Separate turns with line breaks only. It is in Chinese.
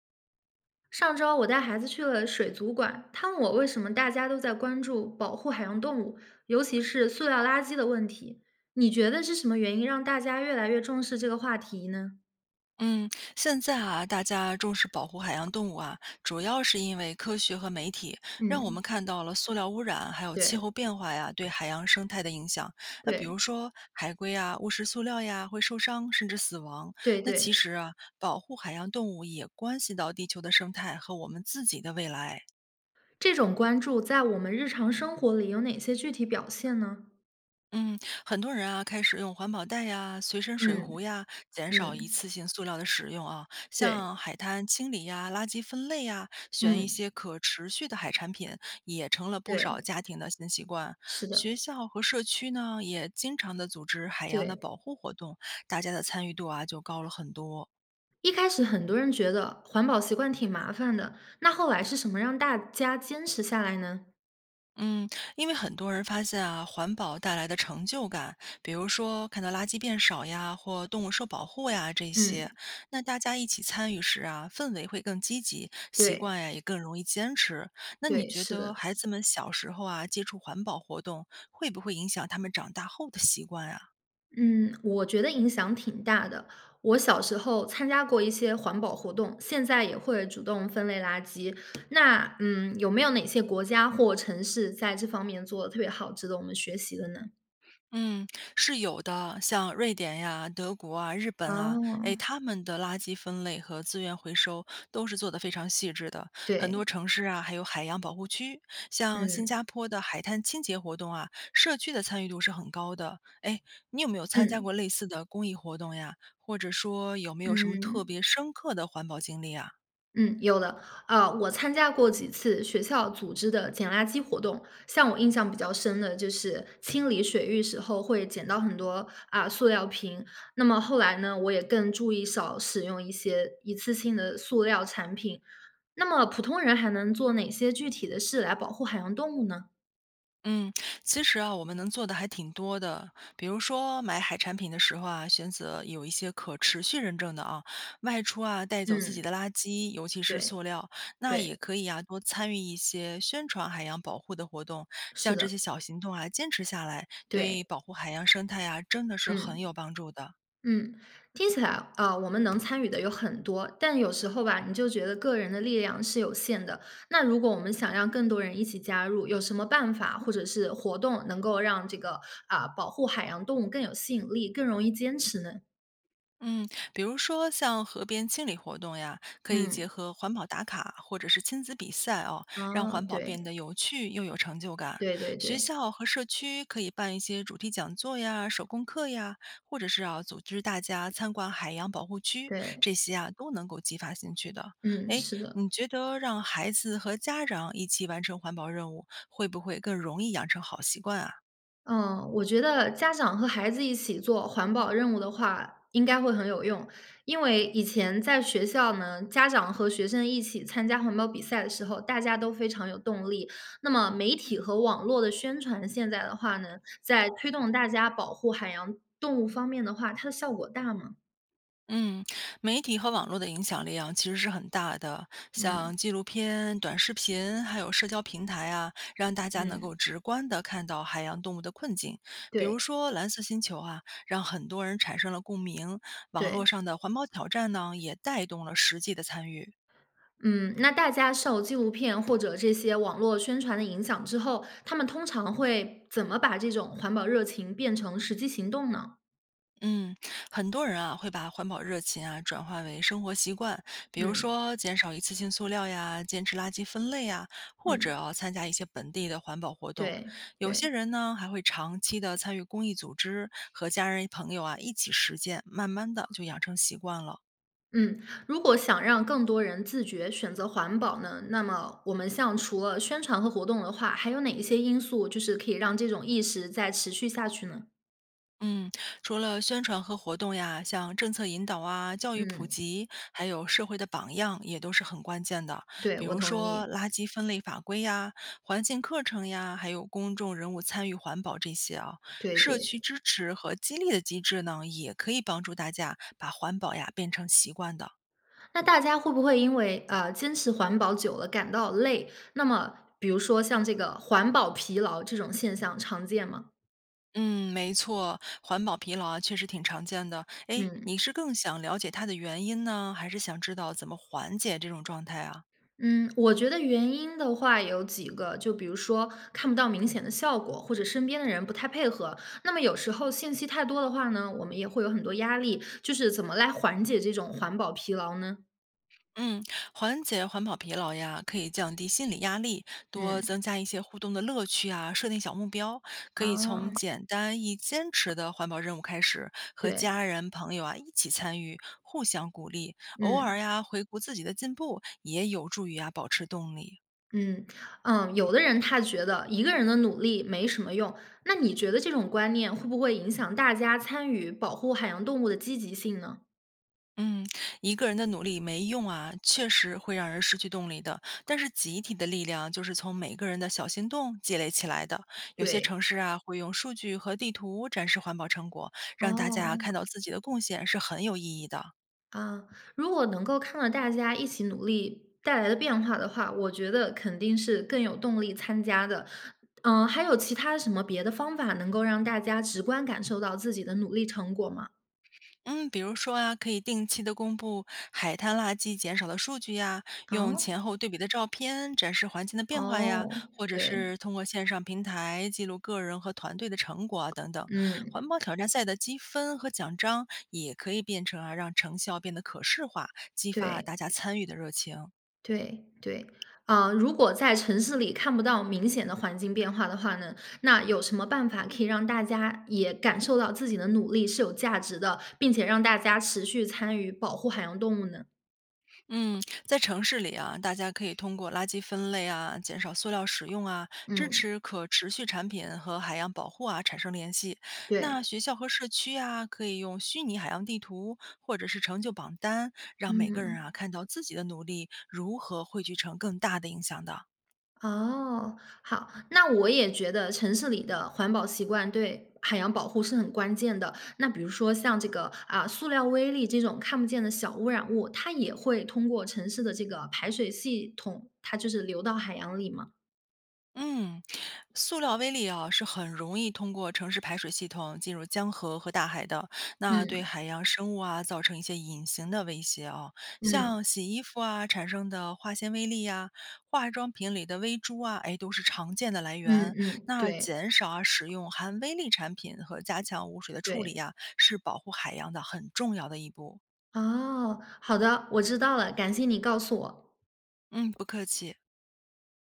上周我带孩子去了水族馆，他问我为什么大家都在关注保护海洋动物，尤其是塑料垃圾的问题。你觉得是什么原因让大家越来越重视这个话题呢？
嗯，现在啊，大家重视保护海洋动物啊，主要是因为科学和媒体让我们
嗯，
看到了塑料污染还有气候
对
变化呀对海洋生态的影响。那比如
对
说海龟啊，误食塑料呀会受伤甚至死亡。
对
那
对，
其实啊，保护海洋动物也关系到地球的生态和我们自己的未来。
这种关注在我们日常生活里有哪些具体表现呢？
嗯，很多人啊开始用环保袋呀、随身水
嗯
壶呀，减少一
嗯，
次性塑料的使用啊。
对，
像海滩清理呀、垃圾分类呀，选一
嗯
些可持续的海产品，也成了不少
对，
家庭的新习惯。
是
学
的，
校和社区呢，也经常的组织海洋的
对。
保护活动，大家的参与度啊就高了很多。
一开始很多人觉得环保习惯挺麻烦的，那后来是什么让大家坚持下来呢？
嗯，因为很多人发现啊，环保带来的成就感，比如说看到垃圾变少呀，或动物受保护呀这些，
嗯，
那大家一起参与时啊，氛围会更积极，习
对。
惯呀也更容易坚持。那你
对，
觉
是
得
的。
孩子们小时候啊接触环保活动，会不会影响他们长大后的习惯啊？
嗯，我觉得影响挺大的。我小时候参加过一些环保活动，现在也会主动分类垃圾。那有没有哪些国家或城市在这方面做的特别好，值得我们学习的呢？
嗯，是有的，像瑞典呀、德国啊、日本啊，哎，
哦，
他们的垃圾分类和资源回收都是做得非常细致的。很
对，
多城市啊，还有海洋保护区，像新
嗯，
加坡的海滩清洁活动啊，社区的参与度是很高的。哎，你有没有参加
嗯，
过类似的公益活动呀？或者说有没有什么特
嗯。
别深刻的环保经历啊？
嗯，有的。啊，我参加过几次学校组织的捡垃圾活动，像我印象比较深的就是清理水域时候会捡到很多啊、塑料瓶。那么后来呢，我也更注意少使用一些一次性的塑料产品。那么普通人还能做哪些具体的事来保护海洋动物呢？
嗯，其实啊，我们能做的还挺多的。比如说买海产品的时候啊，选择有一些可持续认证的啊，外出啊带走自己
嗯，
的垃圾，尤其是
对
塑料，那
对，
也可以啊多参与一些宣传海洋保护的活动。
是
像这
的，
些小行动啊，坚持下来，对
对，
保护海洋生态啊，真的是很有
嗯。
帮助的。
嗯，听起来我们能参与的有很多，但有时候吧，你就觉得个人的力量是有限的。那如果我们想让更多人一起加入，有什么办法或者是活动能够让这个啊、保护海洋动物更有吸引力，更容易坚持呢？
嗯，比如说像河边清理活动呀，可以结
嗯，
合环保打卡或者是亲子比赛哦，让
哦，
环保变
对，
得有趣又有成就感。
对对
学
对
校和社区可以办一些主题讲座呀、手工课呀，或者是啊组织大家参观海洋保护区，
对，
这些啊都能够激发兴趣的。
嗯，
诶，
是
你
的。
觉得让孩子和家长一起完成环保任务，会不会更容易养成好习惯啊？
嗯，我觉得家长和孩子一起做环保任务的话，应该会很有用。因为以前在学校呢，家长和学生一起参加环保比赛的时候，大家都非常有动力。那么媒体和网络的宣传，现在的话呢，在推动大家保护海洋动物方面的话，它的效果大吗？
嗯，媒体和网络的影响力啊，其实是很大的。像
嗯
纪录片、短视频，还有社交平台啊，让大家能够
嗯，
直观的看到海洋动物的困境。比
对
如说《蓝色星球》啊，让很多人产生了共鸣；网络
对。
上的环保挑战呢，也带动了实际的参与。
嗯，那大家受纪录片或者这些网络宣传的影响之后，他们通常会怎么把这种环保热情变成实际行动呢？
嗯，很多人啊会把环保热情啊转化为生活习惯，比如
嗯
说减少一次性塑料呀，坚持垃圾分类呀，或者
嗯，
啊参加一些本地的环保活动。
对
有些
对，
人呢还会长期的参与公益组织，和家人朋友啊一起实践，慢慢的就养成习惯了。
嗯，如果想让更多人自觉选择环保呢，那么我们像除了宣传和活动的话，还有哪一些因素就是可以让这种意识再持续下去呢？
嗯，除了宣传和活动呀，像政策引导啊、教育普
嗯，
及，还有社会的榜样，也都是很关键的。
对，
比
我
如
同意，
说垃圾分类法规呀、环境课程呀，还有公众人物参与环保这些啊，
对
社区
对。
支持和激励的机制呢，也可以帮助大家把环保呀变成习惯的。
那大家会不会因为，坚持环保久了感到累？那么比如说像这个环保疲劳这种现象常见吗？
嗯，没错，环保疲劳啊，确实挺常见的。诶，
嗯。
你是更想了解它的原因呢，还是想知道怎么缓解这种状态啊？
嗯，我觉得原因的话有几个，就比如说看不到明显的效果，或者身边的人不太配合。那么有时候信息太多的话呢，我们也会有很多压力，就是怎么来缓解这种环保疲劳呢？
嗯，缓解环保疲劳呀，可以降低心理压力，多增
嗯，
加一些互动的乐趣啊，设定小目标，可以从
啊，
简单易坚持的环保任务开始，和家
对，
人朋友啊一起参与，互相鼓励，偶尔
嗯。
呀回顾自己的进步，也有助于啊保持动力。
嗯，嗯，有的人他觉得一个人的努力没什么用，那你觉得这种观念会不会影响大家参与保护海洋动物的积极性呢？
嗯，一个人的努力没用啊，确实会让人失去动力的。但是集体的力量就是从每个人的小行动积累起来的。有些
对，
城市啊，会用数据和地图展示环保成果，让大家
哦，
看到自己的贡献是很有意义的。
啊，如果能够看到大家一起努力带来的变化的话，我觉得肯定是更有动力参加的。嗯，还有其他什么别的方法能够让大家直观感受到自己的努力成果吗？
嗯，比如说啊，可以定期的公布海滩垃圾减少的数据呀，用
哦，
前后对比的照片展示环境的变化呀，
哦，
或者
对，
是通过线上平台记录个人和团队的成果啊等等。
嗯，
环保挑战赛的积分和奖章也可以变成啊，让成效变得可视化，激发大
对。
家参与的热情。
对对，啊，如果在城市里看不到明显的环境变化的话呢，那有什么办法可以让大家也感受到自己的努力是有价值的，并且让大家持续参与保护海洋动物呢？
嗯，在城市里啊，大家可以通过垃圾分类啊、减少塑料使用啊、支
嗯，
持可持续产品和海洋保护啊产生联系。
对，
那学校和社区啊，可以用虚拟海洋地图或者是成就榜单，让每个人啊
嗯。
看到自己的努力如何汇聚成更大的影响的。
哦，好，那我也觉得城市里的环保习惯对海洋保护是很关键的。那比如说像这个啊，塑料微粒这种看不见的小污染物，它也会通过城市的这个排水系统，它就是流到海洋里嘛。
嗯，塑料微粒啊，是很容易通过城市排水系统进入江河和大海的，那对
嗯
海洋生物啊造成一些隐形的威胁啊，
嗯
像洗衣服啊产生的化纤微粒呀、化妆品里的微珠啊，哎，都是常见的来
嗯
源。
嗯，
那
对
减少啊使用含微粒产品和加强污水的处理
对。
呀、是保护海洋的很重要的一步。
哦，好的，我知道了，感谢你告诉我。
嗯，不客气。